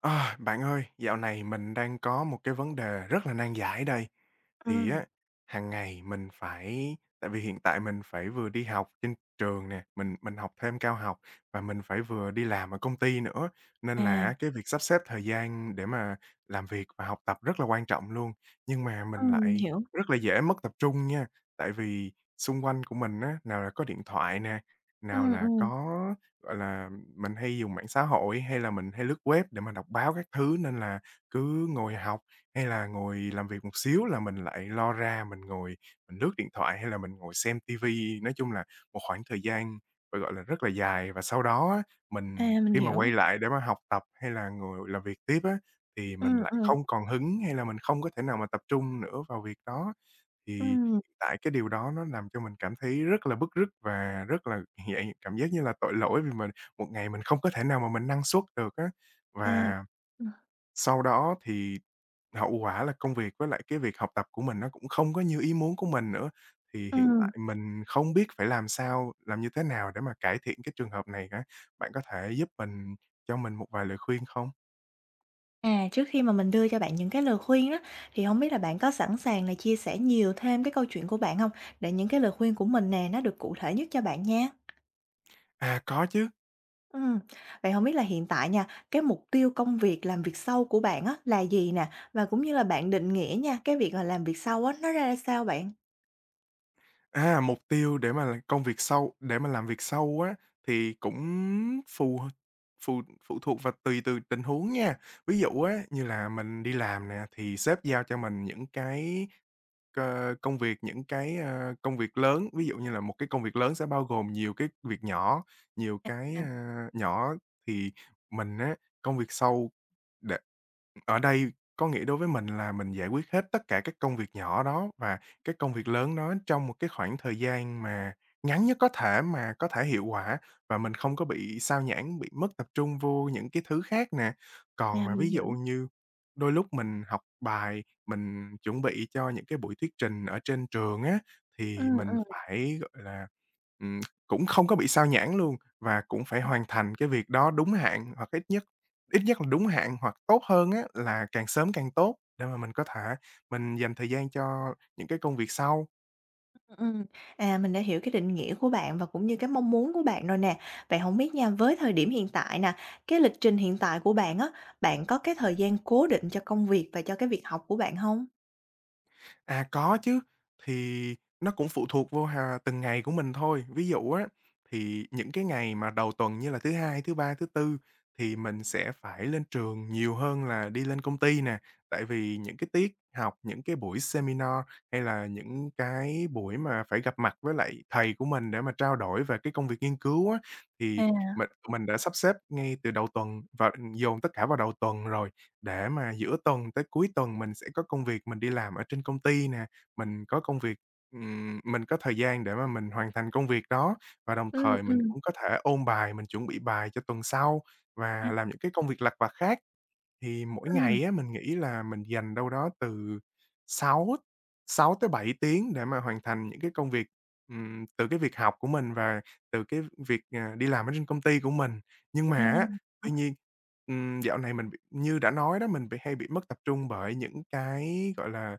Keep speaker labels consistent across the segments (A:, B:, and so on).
A: À, bạn ơi, dạo này mình đang có một cái vấn đề rất là nan giải đây. Thì
B: Ừm.
A: á, hàng ngày mình phải tại vì hiện tại mình phải vừa đi học trên trường nè, mình học thêm cao học, và mình phải vừa đi làm ở công ty nữa, nên
B: À,
A: là cái việc sắp xếp thời gian để mà làm việc và học tập rất là quan trọng luôn. Nhưng mà mình
B: mình
A: lại
B: hiểu.
A: rất là dễ mất tập trung nha, tại vì xung quanh của mình á, nào là có điện thoại nè, nào
B: Ừm,
A: là
B: ừm,
A: có, gọi là, mình hay dùng mạng xã hội, hay là mình hay lướt web để mà đọc báo các thứ, nên là cứ ngồi học hay là ngồi làm việc một xíu là mình lại lo ra, mình ngồi mình lướt điện thoại hay là mình ngồi xem tivi. Nói chung là một khoảng thời gian phải gọi là rất là dài, và sau đó á,
B: à,
A: mình
B: mình
A: khi mà
B: hiểu.
A: quay lại để mà học tập hay là ngồi làm việc tiếp á, thì mình
B: Ừm,
A: lại
B: ừm,
A: không còn hứng hay là mình không có thể nào mà tập trung nữa vào việc đó. Thì
B: ừm,
A: tại cái điều đó nó làm cho mình cảm thấy rất là bứt rứt và rất là vậy, cảm giác như là tội lỗi vì một ngày mình không có thể nào mà mình năng suất được á.
B: à,
A: Và sau đó thì hậu quả là công việc với lại cái việc học tập của mình nó cũng không có như ý muốn của mình nữa, thì hiện
B: ừm.
A: tại mình không biết phải làm sao, làm như thế nào để mà cải thiện cái trường hợp này cả. Bạn có thể giúp mình cho mình một vài lời khuyên không?
B: À, trước khi mà mình đưa cho bạn những cái lời khuyên á, thì hổng biết là bạn có sẵn sàng là chia sẻ nhiều thêm cái câu chuyện của bạn hông? Để những cái lời khuyên của mình nè, nó được cụ thể nhất cho bạn nha.
A: À, có chứ.
B: Ừm, vậy hổng biết là hiện tại nha, cái mục tiêu công việc làm việc sau của bạn á là gì nè? Và cũng như là bạn định nghĩa nha, cái việc là làm việc sau á, nó ra sao bạn?
A: À, mục tiêu để mà là công việc sau để mà làm việc sau á, thì cũng phù phụ phụ thuộc và tùy từ tình huống nha. Ví dụ á, như là mình đi làm nè, thì sếp giao cho mình những cái công việc, những cái công việc lớn, ví dụ như là một cái công việc lớn sẽ bao gồm nhiều cái việc nhỏ, nhiều cái,
B: À,
A: a, nhỏ thì mình á, công việc sau Đ ở đây có nghĩa đối với mình là mình giải quyết hết tất cả các công việc nhỏ đó và các công việc lớn đó trong một cái khoảng thời gian mà ngắn nhất có thể mà có thể hiệu quả, và mình không có bị sao nhãng, bị mất tập trung vô những cái thứ khác nè. Còn
B: à,
A: mà
B: mình
A: ví
B: hiểu.
A: dụ như đôi lúc mình học bài, mình chuẩn bị cho những cái buổi thuyết trình ở trên trường á, thì
B: Ừm,
A: mình
B: ừm.
A: phải, gọi là, ừm, cũng không có bị sao nhãng luôn và cũng phải hoàn thành cái việc đó đúng hạn hoặc ít nhất. Ít nhất là đúng hạn hoặc tốt hơn á là càng sớm càng tốt để mà mình có thể mình dành thời gian cho những cái công việc sau.
B: Ừm, à, mình đã hiểu cái định nghĩa của bạn và cũng như cái mong muốn của bạn rồi nè. Vậy không biết nha, với thời điểm hiện tại nè, cái lịch trình hiện tại của bạn á, bạn có cái thời gian cố định cho công việc và cho cái việc học của bạn không?
A: À, có chứ. Thì nó cũng phụ thuộc vô hà từng ngày của mình thôi. Ví dụ á, thì những cái ngày mà đầu tuần như là thứ Hai, thứ Ba, thứ Tư, thì mình sẽ phải lên trường nhiều hơn là đi lên công ty nè. Tại vì những cái tiết học, những cái buổi seminar hay là những cái buổi mà phải gặp mặt với lại thầy của mình để mà trao đổi về cái công việc nghiên cứu á, thì
B: À.
A: mình đã sắp xếp ngay từ đầu tuần và dồn tất cả vào đầu tuần rồi. Để mà giữa tuần tới cuối tuần mình sẽ có công việc mình đi làm ở trên công ty nè, mình có công việc, mình có thời gian để mà mình hoàn thành công việc đó và đồng thời mình
B: Ừm.
A: cũng có thể ôn bài, mình chuẩn bị bài cho tuần sau
B: À.
A: và làm những cái công việc lặt vặt khác. Thì mỗi
B: Ừm.
A: ngày á, mình nghĩ là mình dành đâu đó từ 6 6 tới 7 tiếng để mà hoàn thành những cái công việc, từ cái việc học của mình và từ cái việc, đi làm ở trên công ty của mình. Nhưng mà á,
B: À.
A: tuy nhiên, dạo này mình bị như đã nói đó, mình bị hay bị mất tập trung bởi những cái, gọi là,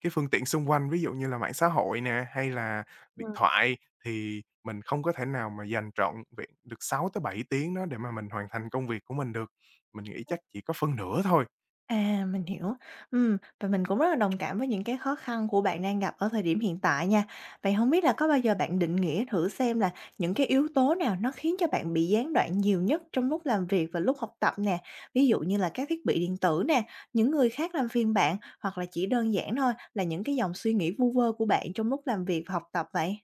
A: cái phương tiện xung quanh, ví dụ như là mạng xã hội nè, hay là điện thoại, thì mình không có thể nào mà dành trọn vẹn được 6 tới 7 tiếng đó để mà mình hoàn thành công việc của mình được. Mình nghĩ chắc chỉ có phân nửa thôi.
B: À, mình hiểu. Và mình cũng rất là đồng cảm với những cái khó khăn của bạn đang gặp ở thời điểm hiện tại nha. Vậy không biết là có bao giờ bạn định nghĩa thử xem là những cái yếu tố nào nó khiến cho bạn bị gián đoạn nhiều nhất trong lúc làm việc và lúc học tập nè? Ví dụ như là các thiết bị điện tử nè, những người khác làm phiền bạn, hoặc là chỉ đơn giản thôi là những cái dòng suy nghĩ vu vơ của bạn trong lúc làm việc và học tập vậy?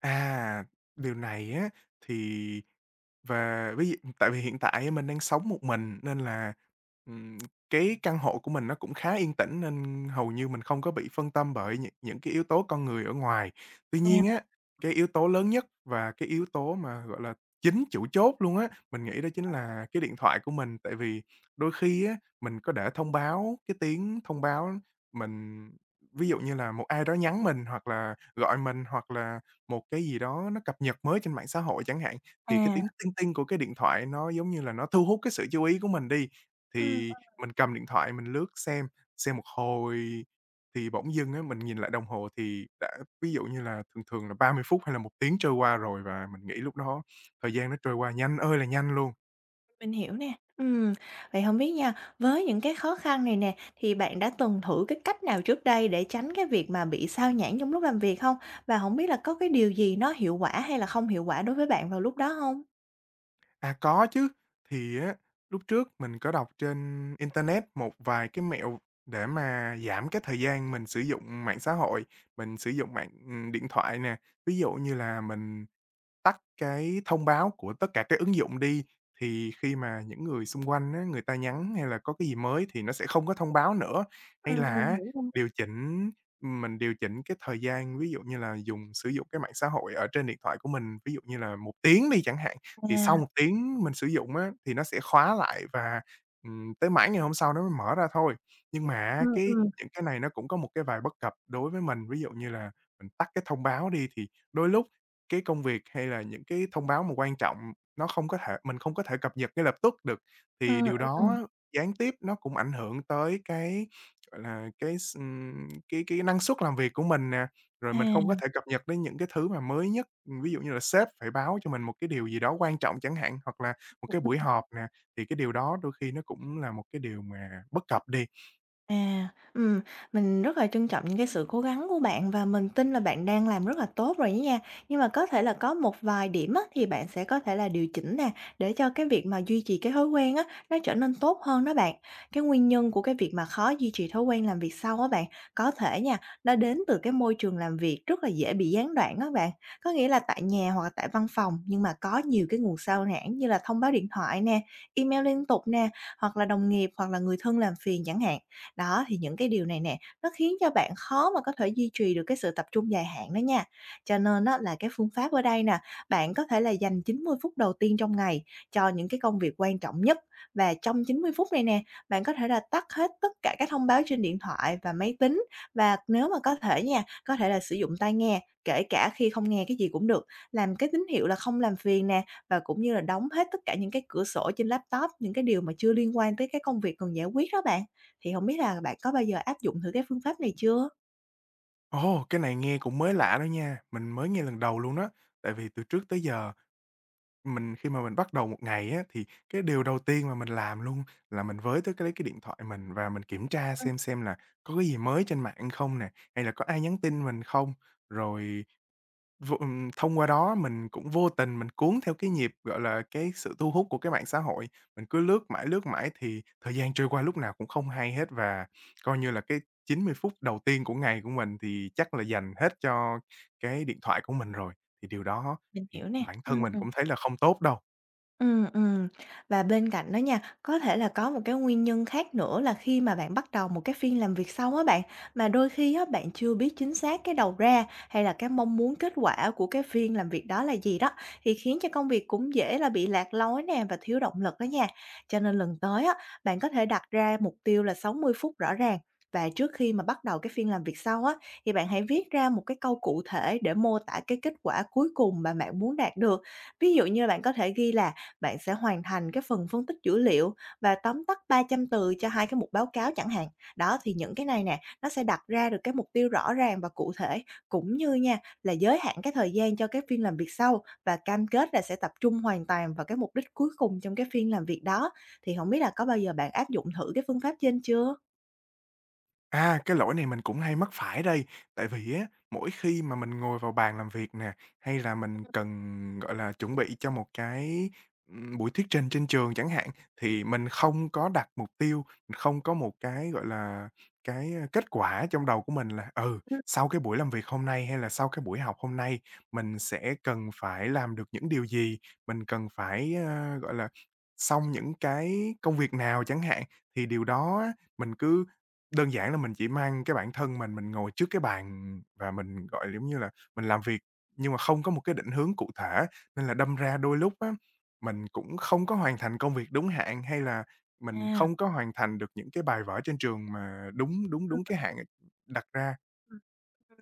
A: À, điều này á, thì và ví dụ tại vì hiện tại mình đang sống một mình nên là, ừm, cái căn hộ của mình nó cũng khá yên tĩnh nên hầu như mình không có bị phân tâm bởi những cái yếu tố con người ở ngoài. Tuy
B: À.
A: nhiên á, cái yếu tố lớn nhất và cái yếu tố mà, gọi là, chính chủ chốt luôn á, mình nghĩ đó chính là cái điện thoại của mình. Tại vì đôi khi á, mình có để thông báo, cái tiếng thông báo mình, ví dụ như là một ai đó nhắn mình hoặc là gọi mình, hoặc là một cái gì đó nó cập nhật mới trên mạng xã hội chẳng hạn. Thì cái tiếng
B: À.
A: tinh tinh của cái điện thoại nó, giống như là, nó thu hút cái sự chú ý của mình đi, thì mình cầm điện thoại mình lướt xem một hồi thì bỗng dưng á, mình nhìn lại đồng hồ thì đã, ví dụ như là thường thường là 30 phút hay là một tiếng trôi qua rồi và mình nghĩ lúc đó thời gian nó trôi qua nhanh ơi là nhanh luôn.
B: Mình hiểu nè. Vậy không biết nha, với những cái khó khăn này nè, thì bạn đã từng thử cái cách nào trước đây để tránh cái việc mà bị sao nhãng trong lúc làm việc không? Và không biết là có cái điều gì nó hiệu quả hay là không hiệu quả đối với bạn vào lúc đó không?
A: À, có chứ, thì á, lúc trước mình có đọc trên internet một vài cái mẹo để mà giảm cái thời gian mình sử dụng mạng xã hội, mình sử dụng mạng, điện thoại nè. Ví dụ như là mình tắt cái thông báo của tất cả các ứng dụng đi, thì khi mà những người xung quanh á, người ta nhắn hay là có cái gì mới thì nó sẽ không có thông báo nữa.
B: Ờ,
A: Hay là
B: mình
A: á,
B: hiểu rồi.
A: điều chỉnh mình điều chỉnh cái thời gian, ví dụ như là sử dụng cái mạng xã hội ở trên điện thoại của mình, ví dụ như là một tiếng đi chẳng hạn, thì
B: À.
A: sau một tiếng mình sử dụng á, thì nó sẽ khóa lại và, tới mãi ngày hôm sau nó mới mở ra thôi. Nhưng mà
B: Ờ,
A: á,
B: ờ.
A: cái những cái này nó cũng có một cái vài bất cập đối với mình, ví dụ như là mình tắt cái thông báo đi thì đôi lúc cái công việc hay là những cái thông báo mà quan trọng nó không có thể mình không có thể cập nhật ngay lập tức được,
B: Ờ,
A: thì điều
B: ờ.
A: đó gián tiếp nó cũng ảnh hưởng tới cái, gọi là, cái s cái năng suất làm việc của mình nè, rồi mình không có
B: À.
A: thể cập nhật đến những cái thứ mà mới nhất. Ví dụ như là sếp phải báo cho mình một cái điều gì đó quan trọng chẳng hạn, hoặc là một cái buổi họp nè, thì cái điều đó đôi khi nó cũng là một cái điều mà bất cập đi.
B: À, ừm, mình rất là trân trọng những cái sự cố gắng của bạn và mình tin là bạn đang làm rất là tốt rồi đó nha. Nhưng mà có thể là có một vài điểm á, thì bạn sẽ có thể là điều chỉnh nè, để cho cái việc mà duy trì cái thói quen á, nó trở nên tốt hơn đó bạn. Cái nguyên nhân của cái việc mà khó duy trì thói quen làm việc sau á bạn, có thể nha, nó đến từ cái môi trường làm việc rất là dễ bị gián đoạn á bạn. Có nghĩa là tại nhà hoặc là tại văn phòng, nhưng mà có nhiều cái nguồn sao nhãng như là thông báo điện thoại nè, email liên tục nè, hoặc là đồng nghiệp hoặc là người thân làm phiền chẳng hạn đó, thì những cái điều này nè, nó khiến cho bạn khó mà có thể duy trì được cái sự tập trung dài hạn đó nha. Cho nên đó là cái phương pháp ở đây nè, bạn có thể là dành 90 phút đầu tiên trong ngày cho những cái công việc quan trọng nhất, và trong 90 phút này nè, bạn có thể là tắt hết tất cả các thông báo trên điện thoại và máy tính, và nếu mà có thể nha, có thể là sử dụng tai nghe, kể cả khi không nghe cái gì cũng được, làm cái tín hiệu là không làm phiền nè, và cũng như là đóng hết tất cả những cái cửa sổ trên laptop, những cái điều mà chưa liên quan tới cái công việc cần giải quyết đó bạn. Thì hổng biết là bạn có bao giờ áp dụng thử cái phương pháp này chưa?
A: Ồ, cái này nghe cũng mới lạ đó nha, mình mới nghe lần đầu luôn á, tại vì từ trước tới giờ mình khi mà mình bắt đầu một ngày á, thì cái điều đầu tiên mà mình làm luôn là mình với tới lấy cái điện thoại mình và mình kiểm tra
B: Ừm.
A: xem là có cái gì mới trên mạng không nè, hay là có ai nhắn tin mình không. Rồi vô thông qua đó mình cũng vô tình mình cuốn theo cái nhịp, gọi là, cái sự thu hút của cái mạng xã hội, mình cứ lướt mãi thì thời gian trôi qua lúc nào cũng không hay hết, và coi như là cái 90 phút đầu tiên của ngày của mình thì chắc là dành hết cho cái điện thoại của mình rồi. Thì điều đó
B: Mình hiểu
A: thì
B: nè.
A: bản thân mình
B: Ừm.
A: cũng thấy là không tốt đâu.
B: Ừ. Và bên cạnh đó nha, có thể là có một cái nguyên nhân khác nữa là khi mà bạn bắt đầu một cái phiên làm việc sau á bạn, mà đôi khi á bạn chưa biết chính xác cái đầu ra hay là cái mong muốn kết quả của cái phiên làm việc đó là gì đó, thì khiến cho công việc cũng dễ là bị lạc lối nè và thiếu động lực đó nha. Cho nên lần tới á, bạn có thể đặt ra mục tiêu là 60 phút rõ ràng. Và trước khi mà bắt đầu cái phiên làm việc sau á, thì bạn hãy viết ra một cái câu cụ thể để mô tả cái kết quả cuối cùng mà bạn muốn đạt được. Ví dụ như bạn có thể ghi là bạn sẽ hoàn thành cái phần phân tích dữ liệu và tóm tắt 300 từ cho hai cái mục báo cáo chẳng hạn. Đó, thì những cái này nè, nó sẽ đặt ra được cái mục tiêu rõ ràng và cụ thể, cũng như nha là giới hạn cái thời gian cho cái phiên làm việc sau và cam kết là sẽ tập trung hoàn toàn vào cái mục đích cuối cùng trong cái phiên làm việc đó. Thì không biết là có bao giờ bạn áp dụng thử cái phương pháp trên chưa?
A: À, cái lỗi này mình cũng hay mắc phải đây, tại vì á, mỗi khi mà mình ngồi vào bàn làm việc nè, hay là mình cần, gọi là, chuẩn bị cho một cái buổi thuyết trình trên trường chẳng hạn, thì mình không có đặt mục tiêu, mình không có một cái, gọi là, kết quả trong đầu của mình là,
B: Ừm,
A: sau cái buổi làm việc hôm nay hay là sau cái buổi học hôm nay mình sẽ cần phải làm được những điều gì, mình cần phải, gọi là, xong những cái công việc nào chẳng hạn. Thì điều đó á, mình cứ đơn giản là mình chỉ mang cái bản thân mình ngồi trước cái bàn và mình, gọi là, giống như là, mình làm việc nhưng mà không có một cái định hướng cụ thể, nên là đâm ra đôi lúc á, mình cũng không có hoàn thành công việc đúng hạn, hay là mình
B: à.
A: không có hoàn thành được những cái bài vở trên trường mà đúng đúng đúng cái hạn đặt ra.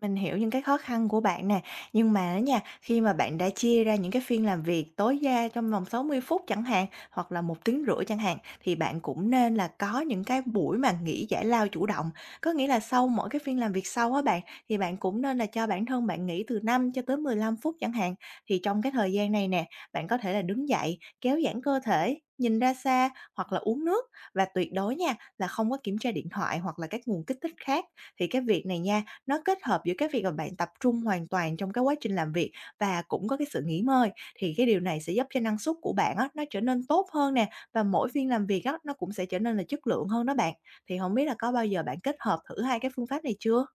B: Mình hiểu những cái khó khăn của bạn nè, nhưng mà á nha, khi mà bạn đã chia ra những cái phiên làm việc tối đa trong vòng 60 phút chẳng hạn, hoặc là một tiếng rưỡi chẳng hạn, thì bạn cũng nên là có những cái buổi mà nghỉ giải lao chủ động. Có nghĩa là sau mỗi cái phiên làm việc sau á bạn, thì bạn cũng nên là cho bản thân bạn nghỉ từ 5 cho tới 15 phút chẳng hạn. Thì trong cái thời gian này nè, bạn có thể là đứng dậy, kéo giãn cơ thể, nhìn ra xa hoặc là uống nước, và tuyệt đối nha là không có kiểm tra điện thoại hoặc là các nguồn kích thích khác. Thì cái việc này nha, nó kết hợp giữa cái việc mà bạn tập trung hoàn toàn trong cái quá trình làm việc và cũng có cái sự nghỉ ngơi, thì cái điều này sẽ giúp cho năng suất của bạn á, nó trở nên tốt hơn nè, và mỗi phiên làm việc á, nó cũng sẽ trở nên là chất lượng hơn đó bạn. Thì không biết là có bao giờ bạn kết hợp thử hai cái phương pháp này chưa?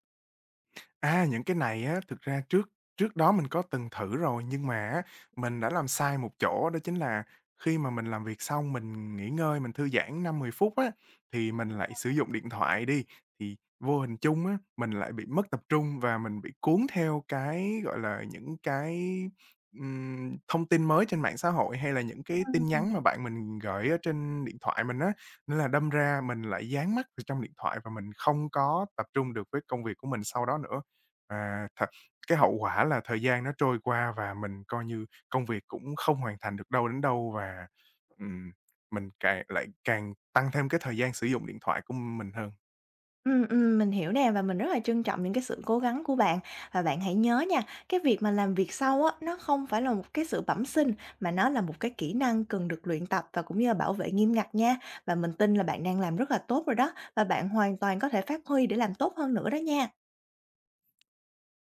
A: À, những cái này á, thực ra trước trước đó mình có từng thử rồi, nhưng mà á, mình đã làm sai một chỗ đó chính là khi mà mình làm việc xong mình nghỉ ngơi, mình thư giãn 5-10 phút á, thì mình lại sử dụng điện thoại đi, thì vô hình chung á, mình lại bị mất tập trung và mình bị cuốn theo cái, gọi là, những cái, thông tin mới trên mạng xã hội, hay là những cái tin nhắn
B: Ừm.
A: mà bạn mình gửi ở trên điện thoại mình á. Nên là đâm ra mình lại dán mắt vào trong điện thoại và mình không có tập trung được với công việc của mình sau đó nữa. Và thật cái hậu quả là thời gian nó trôi qua và mình coi như công việc cũng không hoàn thành được đâu đến đâu và, ừm, mình càng lại càng tăng thêm cái thời gian sử dụng điện thoại của mình hơn.
B: Mình hiểu nè và mình rất là trân trọng những cái sự cố gắng của bạn. Và bạn hãy nhớ nha, cái việc mà làm việc sau á, nó không phải là một cái sự bẩm sinh mà nó là một cái kỹ năng cần được luyện tập và cũng như là bảo vệ nghiêm ngặt nha. Và mình tin là bạn đang làm rất là tốt rồi đó và bạn hoàn toàn có thể phát huy để làm tốt hơn nữa đó nha.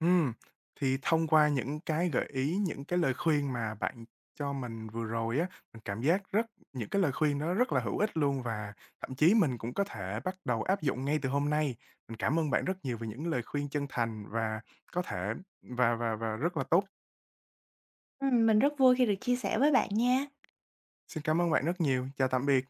A: Ừm, thì thông qua những cái gợi ý, những cái lời khuyên mà bạn cho mình vừa rồi á, mình cảm giác rất, những cái lời khuyên đó rất là hữu ích luôn và thậm chí mình cũng có thể bắt đầu áp dụng ngay từ hôm nay. Mình cảm ơn bạn rất nhiều về những lời khuyên chân thành và có thể và và rất là tốt.
B: Mình rất vui khi được chia sẻ với bạn nha.
A: Xin cảm ơn bạn rất nhiều. Chào tạm biệt.